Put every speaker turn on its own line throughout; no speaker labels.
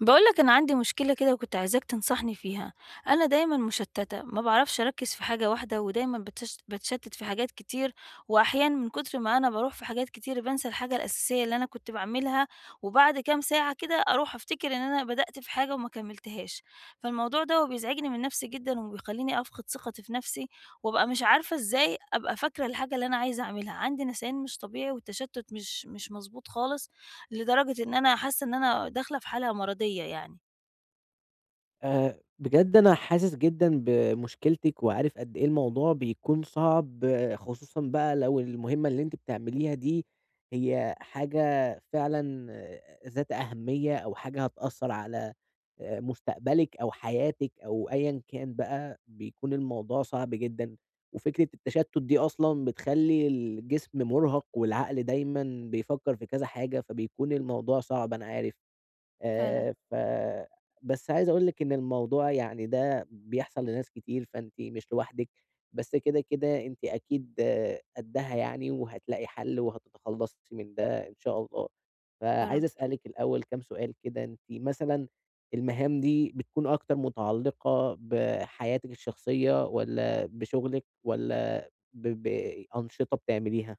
بقولك أنا عندي مشكلة كده وكنت عايزاك تنصحني فيها، أنا دايمًا مشتتة، ما باعرفش أركز في حاجة واحدة ودايمًا باتشتت في حاجات كتير، وأحيانًا من كتر ما أنا باروح في حاجات كتير بانسى الحاجة الأساسية اللي أنا كنت باعملها، وبعد كام ساعة كده أروح أفتكر إن أنا بدأت في حاجة وما كملتهاش، فالموضوع دوّة بيزعجني من نفسي جدًا وبيخليني أفقد ثقتي في نفسي، وأبقى مش عارفة إزاي أبقى فاكرة الحاجة اللي أنا عايزة أعملها، عندي نسيان مش طبيعي والتشتت مش مضبوط خالص، لدرجة إن أنا حاسة إن أنا داخلة في حالة مرضية يعني.
بجد أنا حاسس جدًا بمشكلتِك، وعارف قد إيه الموضوع بيكون صعب، آه، خصوصًا بقى لو المهمة اللي أنتِ بتعمليها دي هي حاجة فعلًا آه، ذات أهمية، أو حاجة هتأثّر على مستقبلِك أو حياتِك أو أيًا كان بقى، بيكون الموضوع صعب جدًا، وفكرة التشتُّت دي أصلًا بتخلّي الجسم مُرهَق والعقل دايمًا بيفكّر في كذا حاجة، فبيكون الموضوع صعب أنا عارف.
فعلًا،
ف بس عايز أقول لِك إن الموضوع يعني ده بيحصل لناس كتير، فأنتِ مش لوحدِك، بس كده، أنتِ أكيد آه، قدّها يعني وهتلاقي حل وهتتخلّصي من ده إن شاء الله.
يا
فعايز
رب.
أسألِك الأول كام سؤال كده، أنتِ مثلًا المهام دي بتكون أكتر متعلقة بحياتِك الشخصية والّا بشغلِك والّا بأنشطة بتعمليها؟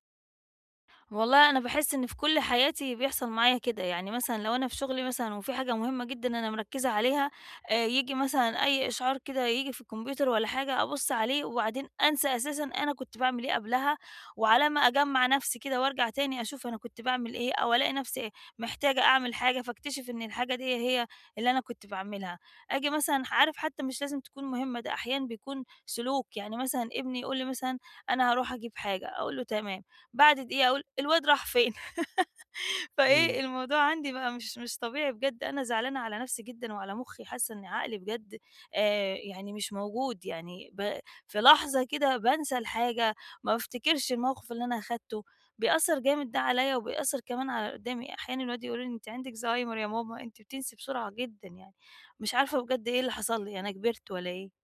والله أنا باحس إن في كل حياتي بيحصل معايا كده، يعني مثلًا لو أنا في شغلي مثلًا وفي حاجة مهمة جدًا أنا مركّزة عليها، ييجي مثلًا أي إشعار كده ييجي في الكمبيوتر والّا حاجة، أبُص عليه وبعدين أنسى أساسًا أنا كنت باعمل إيه قبلها، وعلى ما أجمّع نفسي كده وارجع تاني أشوف أنا كنت باعمل إيه، أو ألاقي نفسي محتاجة أعمل حاجة، فاكتشف إن الحاجة دي هي اللي أنا كنت باعملها. آجي مثلًا عارف حتى مش لازم تكون مهمة، ده أحيانًا بيكون سلوك، يعني مثلًا ابني يقول لي مثلًا: "أنا هاروح أجيب حاجة." أقول له: "تمام." بعد دقيقة أقول الواد راح فين؟
إمم.
فإيه الموضوع عندي بقى مش طبيعي بجد، أنا زعلانة على نفسي جدًا وعلى مُخّي، حاسة إن عقلي بجد يعني مش موجود، يعني ب في لحظة كده بانسى الحاجة، ما بافتكرش الموقف اللي أنا أخدته، بيأثّر جامد ده عليَّ وبيأثّر كمان على اللي قدّامي، أحيانًا الولاد يقولوا لي: "أنتِ عندِك زهايمر يا ماما، أنتِ بتنسي بسرعة جدًا." يعني مش عارفة بجد إيه اللي حصل لي، أنا كبرت والّا إيه؟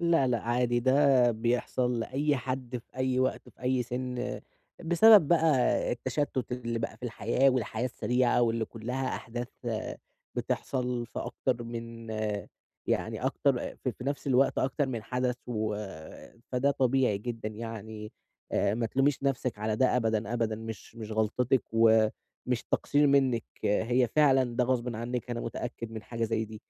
لأ، لأ، عادي ده بيحصل لأي حد في أي وقت في أي سِن، بسبب بقى التشتُّت اللي بقى في الحياة والحياة السريعة واللي كلّها أحداث آه، بتحصل في أكتر من آه، يعني أكتر آه، في نفس الوقت أكتر من حدث و آه، فده طبيعي جدًا يعني ما تلوميش نَفْسِك على ده أبدًا، أبدًا مش غلطتِك ومش تقصير منِّك، آه، هي فعلًا ده غصبٍ عنِّك أنا متأكد من حاجة زي دي.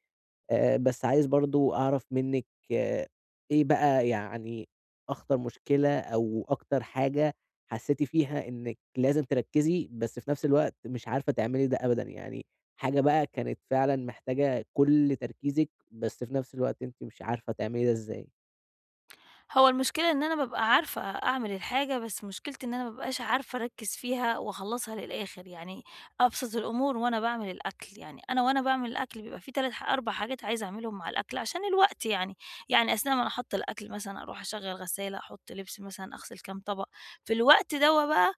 بس عايز برضه أعرف منِّك آه، إيه بقى يعني أخطر مشكلة أو أكتر حاجة حسّيتِ فيها إنِّك لازم تركّزي، بس في نفس الوقت مش عارفة تعملي ده أبدًا، يعني حاجة بقى كانت فعلًا محتاجة كل تركيزِك، بس في نفس الوقت أنتِ مش عارفة تعملي ده إزاي؟
هو المشكلة إن أنا بابقى عارفة أعمل الحاجة، بس مشكلتي إن أنا ما بابقاش عارفة أركّز فيها وأخلّصها للآخر، يعني أبسط الأمور وأنا باعمل الأكل، يعني أنا وأنا باعمل الأكل بيبقى في 3 ح 4 حاجات عايزة أعملهم مع الأكل عشان الوقت يعني، يعني أثناء ما أنا حاطة الأكل مثلًا أروح أشغّل غسالة، أحُط لبس مثلًا، أغسل كام طبق، في الوقت دوّة بقى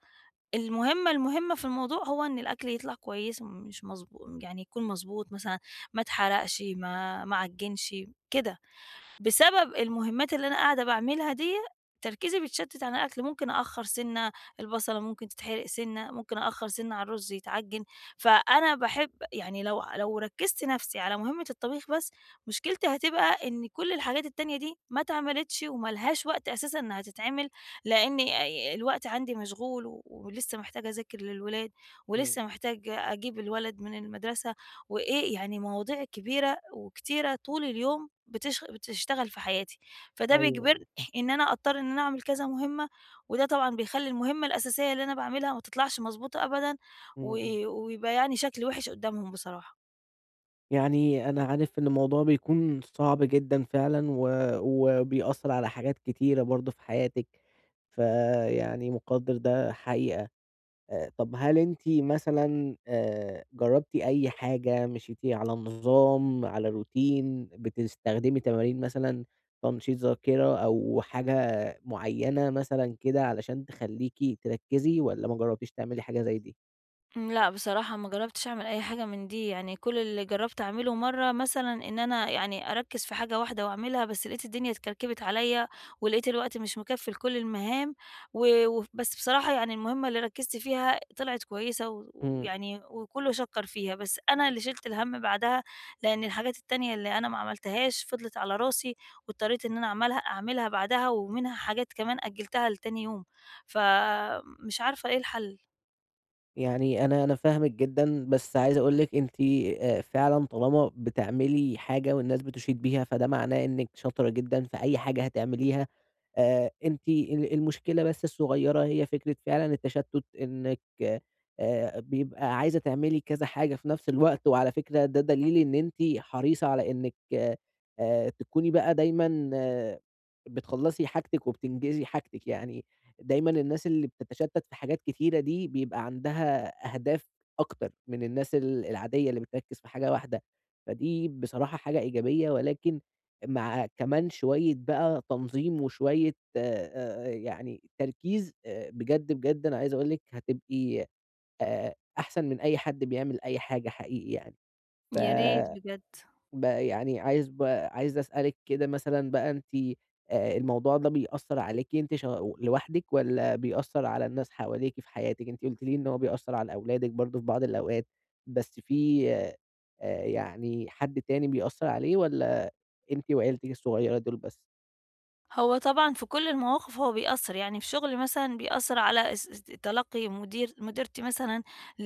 المهمة في الموضوع هو إن الأكل يطلع كويس مش مضبو يعني يكون مضبوط مثلًا، ما اتحرقش، ما عجّنش، كده. بسبب المهمات اللي أنا قاعدة باعملها ديّة، تركيزي بيتشتت عن الأكل، ممكن أأخّر سِنّة، البصلة ممكن تتحرق سِنّة، ممكن أأخّر سِنّة على الرز يتعجِّن، فأنا باحب يعني لو ركّزت نَفْسي على مهمة الطبيخ بس، مشكلتي هتبقى إن كل الحاجات التانية دي ما اتعملتش وما لهاش وقت أساسًا إنها تتعمل، لإن الوقت عندي مشغول و ولسه محتاجة أذاكر للولاد
إمم،
ولسه محتاجة أجيب الولد من المدرسة وإيه، يعني مواضيع كبيرة وكتيرة طول اليوم بتشتغل في حياتي، فده
أيوه،
بيجبرني إن أنا أضطر إن أنا أعمل كذا مهمة، وده طبعًا بيخلّي المهمة الأساسية اللي أنا باعملها ما تطلعش مضبوطة أبدًا،
إمم،
و
إمم.
ويبقى يعني شكلي وِحِش قدّامهم بصراحة.
يعني أنا عارف إن الموضوع بيكون صعب جدًا فعلًا و وبيأثّر على حاجات كتيرة برضه في حياتِك، فيعني مُقدّر ده حقيقة. طب هل أنتِ مثلًا جرّبتِ أي حاجة، مشيتِ على نظام، على روتين، بتستخدمي تمارين مثلًا تنشيط ذاكرة أو حاجة معيّنة مثلًا كده علشان تخلّيكِ تركّزي والّا ما جرّبتيش تعملي حاجة زي دي؟
إمم، لأ بصراحة ما جرّبتش أعمل أي حاجة من دي، يعني كل اللي جرّبت أعمله مرّة مثلًا إن أنا يعني أركّز في حاجة واحدة وأعملها، بس لقيت الدنيا اتكركبت عليّا، ولقيت الوقت مش مكفّي لكل المهام، و وف بس بصراحة يعني المهمة اللي ركّزت فيها طلعت كويسة و
إمم.
ويعني وكلّه شكّر فيها، بس أنا اللي شِلت الهَم بعدها، لإن الحاجات التانية اللي أنا ما عملتهاش فضلت على راسي، واضطريت إن أنا أعملها بعدها، ومنها حاجات كمان أجّلتها لتاني يوم، فمش عارفة إيه الحل،
يعني أنا فاهمِك جدًا، بس عايز أقول لِك أنتِ فعلًا طالما بتعملي حاجة والناس بتشيد بيها، فده معناه إنِّك شاطرة جدًا في أي حاجة هتعمليها. أنتِ ال المشكلة بس الصغيرة هي فكرة فعلًا التشتُّت إنِّك بيبقى عايزة تعملي كذا حاجة في نفس الوقت، وعلى فكرة ده دليل إن أنتِ حريصة على إنِّك تكوني بقى دايمًا آه، بتخلّصي حاجتِك وبتنجزي حاجتِك يعني. دايمًا الناس اللي بتتشتت في حاجات كتيرة دي بيبقى عندها أهداف أكتر من الناس ال العادية اللي بتركز في حاجة واحدة، فدي بصراحة حاجة إيجابية، ولكن مع كمان شوية بقى تنظيم وشوية يعني تركيز بجد، بجد أنا عايز أقول لِك هتبقي أحسن من أي حد بيعمل أي حاجة حقيقي يعني، ف
يا ريت بجد.
بقى يعني عايز أسألِك كده مثلًا بقى أنتِ الموضوع ده بيأثّر عليكِ أنتِ ش لوحدِك والّا بيأثّر على الناس حواليكِ في حياتِك؟ أنتِ قُلتِ لي إن هو بيأثّر على أولادِك برضه في بعض الأوقات، بس في يعني حد تاني بيأثّر عليه والّا أنتِ وعيلتِك الصغيّرة دول بس؟
هو طبعًا في كل المواقف هو بيأثّر، يعني في شغلي مثلًا بيأثّر على اس اس تلقّي مديرتي مثلًا ل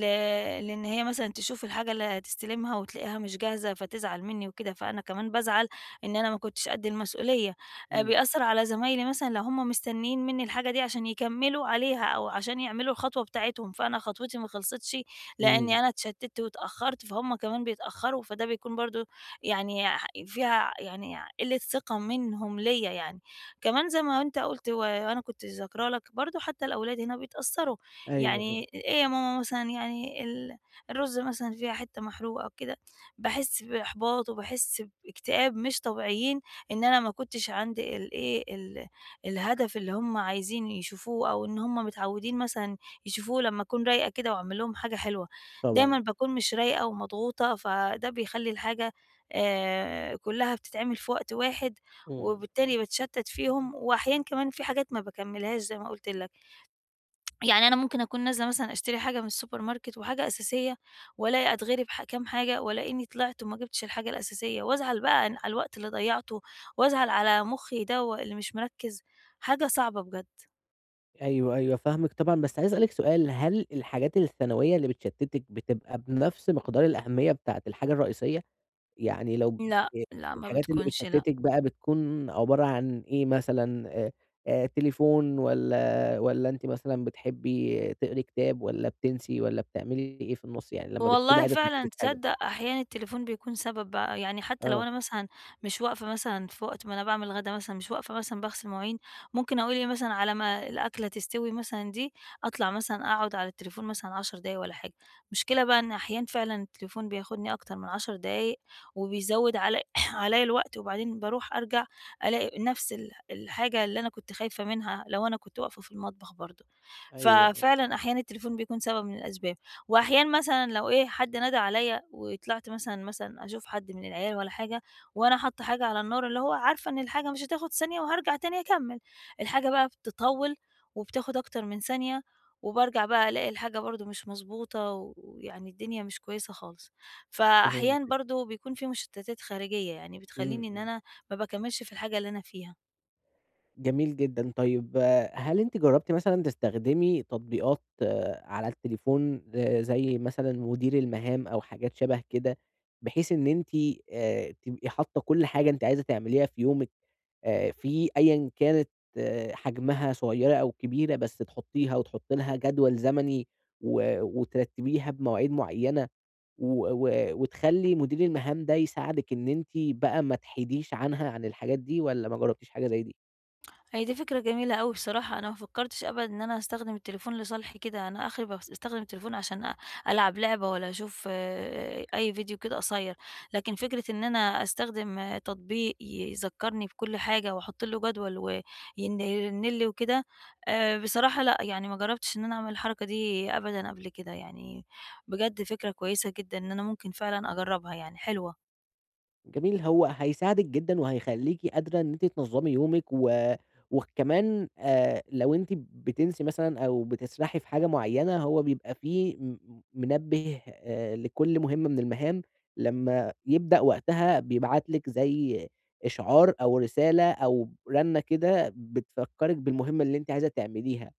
لإن هي مثلًا تشوف الحاجة اللي هتستلمها وتلاقيها مش جاهزة فتزعل منّي وكده، فأنا كمان بازعل إن أنا ما كنتش قد المسؤولية.
إمم.
بيأثّر على زمايلي مثلًا لو هم مستنّيين منّي الحاجة دي عشان يكمّلوا عليها أو عشان يعملوا الخطوة بتاعتهم، فأنا خطوتي ما خلصتش
إمم.
لإنّي أنا اتشتّت واتأخّرت، فهُم كمان بيتأخّروا، فده بيكون برضه يعني فيها يعني قِلّة ثقة منهم ليّا يعني. كمان زي ما أنت قُلت وأنا كنت ذاكرة لك برضه حتى الأولاد هنا بيتأثّروا،
أيوه، آه
يعني إيه يا ماما مثلًا يعني الرُز مثلًا فيها حتّة محروقة أو كده، باحس بإحباط وباحس باكتئاب مش طبيعيين إن أنا ما كنتش عندي الإيه، الهدف اللي هم عايزين يشوفوه أو إن هم متعوّدين مثلًا يشوفوه لمّا أكون رايقة كده وأعمل لهم حاجة حلوة،
طبعًا.
دايمًا باكون مش رايقة ومضغوطة، فده بيخلّي الحاجة كُلّها بتتعمل في وقت واحد
إمم.
وبالتالي باتشتت فيهم، وأحيان كمان في حاجات ما باكمّلهاش زي ما قُلت لك، يعني أنا ممكن أكون نازلة مثلًا أشتري حاجة من السوبر ماركت وحاجة أساسية، وألاقي أتغري كام حاجة، وألاقيني طلعت وما جبتش الحاجة الأساسية، وأزعل بقى على الوقت اللي ضيّعته، وأزعل على مُخّي ده اللي مش مركّز، حاجة صعبة بجد.
أيوه، فاهمِك طبعًا، بس عايز أسألِك سؤال، هل الحاجات الثانوية اللي بتشتِّتِك بتبقى بنفْس مقدار الأهمية بتاعة الحاجة الرئيسية؟ يعني لو
لأ،
آآ
لأ ما
الحاجات اللي
بتكونش لأ.
بتشتتِك بقى بتكون عبارة عن إيه مثلًا، تليفون والّا أنتِ مثلًا بتحبي تقري كتاب والّا بتنسي والّا بتعملي إيه في النُص يعني لمّا بتكوني
والله
عايزة تركّزي
فعلًا
في حاجة؟
تصدّق أحيانًا التليفون بيكون سبب بقى، يعني حتى لو
آه،
أنا مثلًا مش واقفة مثلًا في وقت ما أنا باعمل غدا مثلًا، مش واقفة مثلًا باغسل مواعين، ممكن أقول إيه مثلًا على ما الأكلة تستوي مثلًا دي، أطلع مثلًا أقعد على التليفون مثلًا 10 دقايق والّا حاجة. المشكلة بقى إن أحيانًا فعلًا التليفون بياخدني أكتر من 10 دقايق، وبيزوّد علي عليَّ الوقت، وبعدين باروح أرجع ألاقي نفس الحاجة اللي أنا كنت خايفة منها لو أنا كنت واقفة في المطبخ برضه.
أيوه، آه،
ففعلًا أحيانًا التليفون بيكون سبب من الأسباب.
آه،
وأحيانا مثلًا لو إيه، حد نادى عليّا وطلعت مثلًا أشوف حد من العيال والّا حاجة، وأنا حاطة حاجة على النار اللي هو عارفة إن الحاجة مش هتاخد ثانية وهارجع تاني أكمّل، الحاجة بقى بتطوّل وبتاخد أكتر من ثانية، وبارجع بقى ألاقي الحاجة برضه مش مضبوطة ويعني الدنيا مش كويسة خالص. فأحيانا
فهمتِك،
برضه بيكون في مشتتات خارجية، يعني
إمم،
بتخلّيني إن
إمم،
أنا ما باكمّلش في الحاجة اللي أنا فيها.
جميل جدًا، طيب آه، هل أنتِ جرّبتِ مثلًا تستخدمي تطبيقات آه، على التليفون زي مثلًا مدير المهام أو حاجات شبه كده، بحيث إن أنتِ تبقي حاطة كل حاجة أنتِ عايزة تعمليها في يومِك في أيًا كانت آه، حجمها صغيرة أو كبيرة، بس تحطّيها وتحطّي لها جدول زمني وترتّبيها بمواعيد معيّنة و و وتخلّي مدير المهام ده يساعدِك إن أنتِ بقى ما تحيديش عنها عن الحاجات دي والّا ما جرّبتيش حاجة زي دي؟
هي دي فكرة جميلة أوي بصراحة، أنا ما فكّرتش أبدًا إن أنا أستخدم التليفون لصالحي كده، أنا آخري باستخدم التليفون عشان ألعب لعبة والّا أشوف آه، أي فيديو كده قصيّر، لكن فكرة إن أنا أستخدم آه، تطبيق يذكّرني بكل حاجة وأحُط له جدول وين يرن لي وكده، بصراحة لأ، يعني ما جرّبتش إن أنا أعمل الحركة دي أبدًا قبل كده، يعني بجد فكرة كويسة جدًا إن أنا ممكن فعلًا أجرّبها يعني، حلوة،
جميل، هو هيساعدِك جدًا وهيخلّيكِ قادرة إن أنتِ تنظّمي يومِك وكمان لو أنتِ بتنسي مثلًا أو بتسرحي في حاجة معيّنة، هو بيبقى في م منبه لكل مهمة من المهام، لمّا يبدأ وقتها بيبعت لِك زي إشعار أو رسالة أو رنة كده بتفكّرِك بالمهمة اللي أنتِ عايزة تعمليها،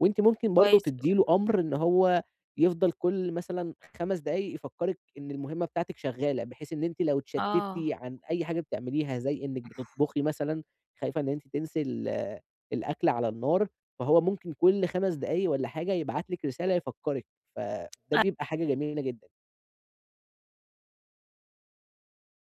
وأنتِ ممكن برضه
كويس أوي،
تدّي له أمر إن هو يفضل كل مثلًا 5 دقايق يفكّرِك إن المهمة بتاعتِك شغّالة، بحيث إن أنتِ لو اتشتّتِ
آه،
عن أي حاجة بتعمليها زي إنِّك بتطبخي مثلًا، خايفة إن أنتِ تنسي الأكل على النار، فهو ممكن كل 5 دقايق والّا حاجة يبعت لِك رسالة يفكّرِك، فده
أ
بيبقى حاجة جميلة جدًا.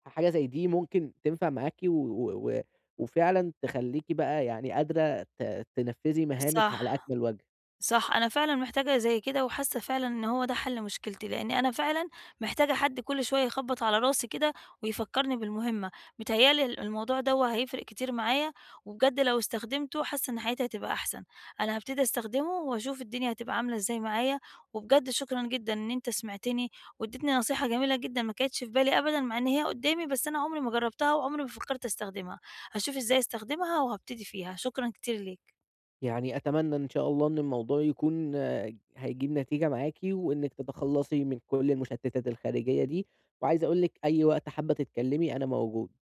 فحاجة زي دي ممكن تنفع معاكِ و و و وفعلًا تخلّيكِ بقى يعني قادرة تنفّذي مهامِك على
صح.
أكمل وجه.
صح، أنا فعلًا محتاجة زي كده، وحاسة فعلًا إن هو ده حل مشكلتي، لإن أنا فعلًا محتاجة حد كل شوية يخبط على راسي كده ويفكرني بالمهمة، متهيأ لي الموضوع دوّة هيفرق كتير معايا، وبجد لو استخدمته حاسة إن حياتي هتبقى أحسن، أنا هابتدي أستخدمه وأشوف الدنيا هتبقى عاملة إزاي معايا، وبجد شكرًا جدًا إن أنت سمعتني واديتني نصيحة جميلة جدًا ما كانتش في بالي أبدًا، مع إن هي قدامي بس أنا عمري ما جربتها وعمري ما فكرت أستخدمها، هاشوف إزاي أستخدمها وهابتدي فيها، شكرًا كتير ليك.
يعني أتمنى إن شاء الله إن الموضوع يكون آه، هيجيب نتيجة معاكِ، وإنِّك تتخلّصي من كل المشتتات الخارجية دي، وعايز أقول لِك أي وقت حابة تتكلمي أنا موجود.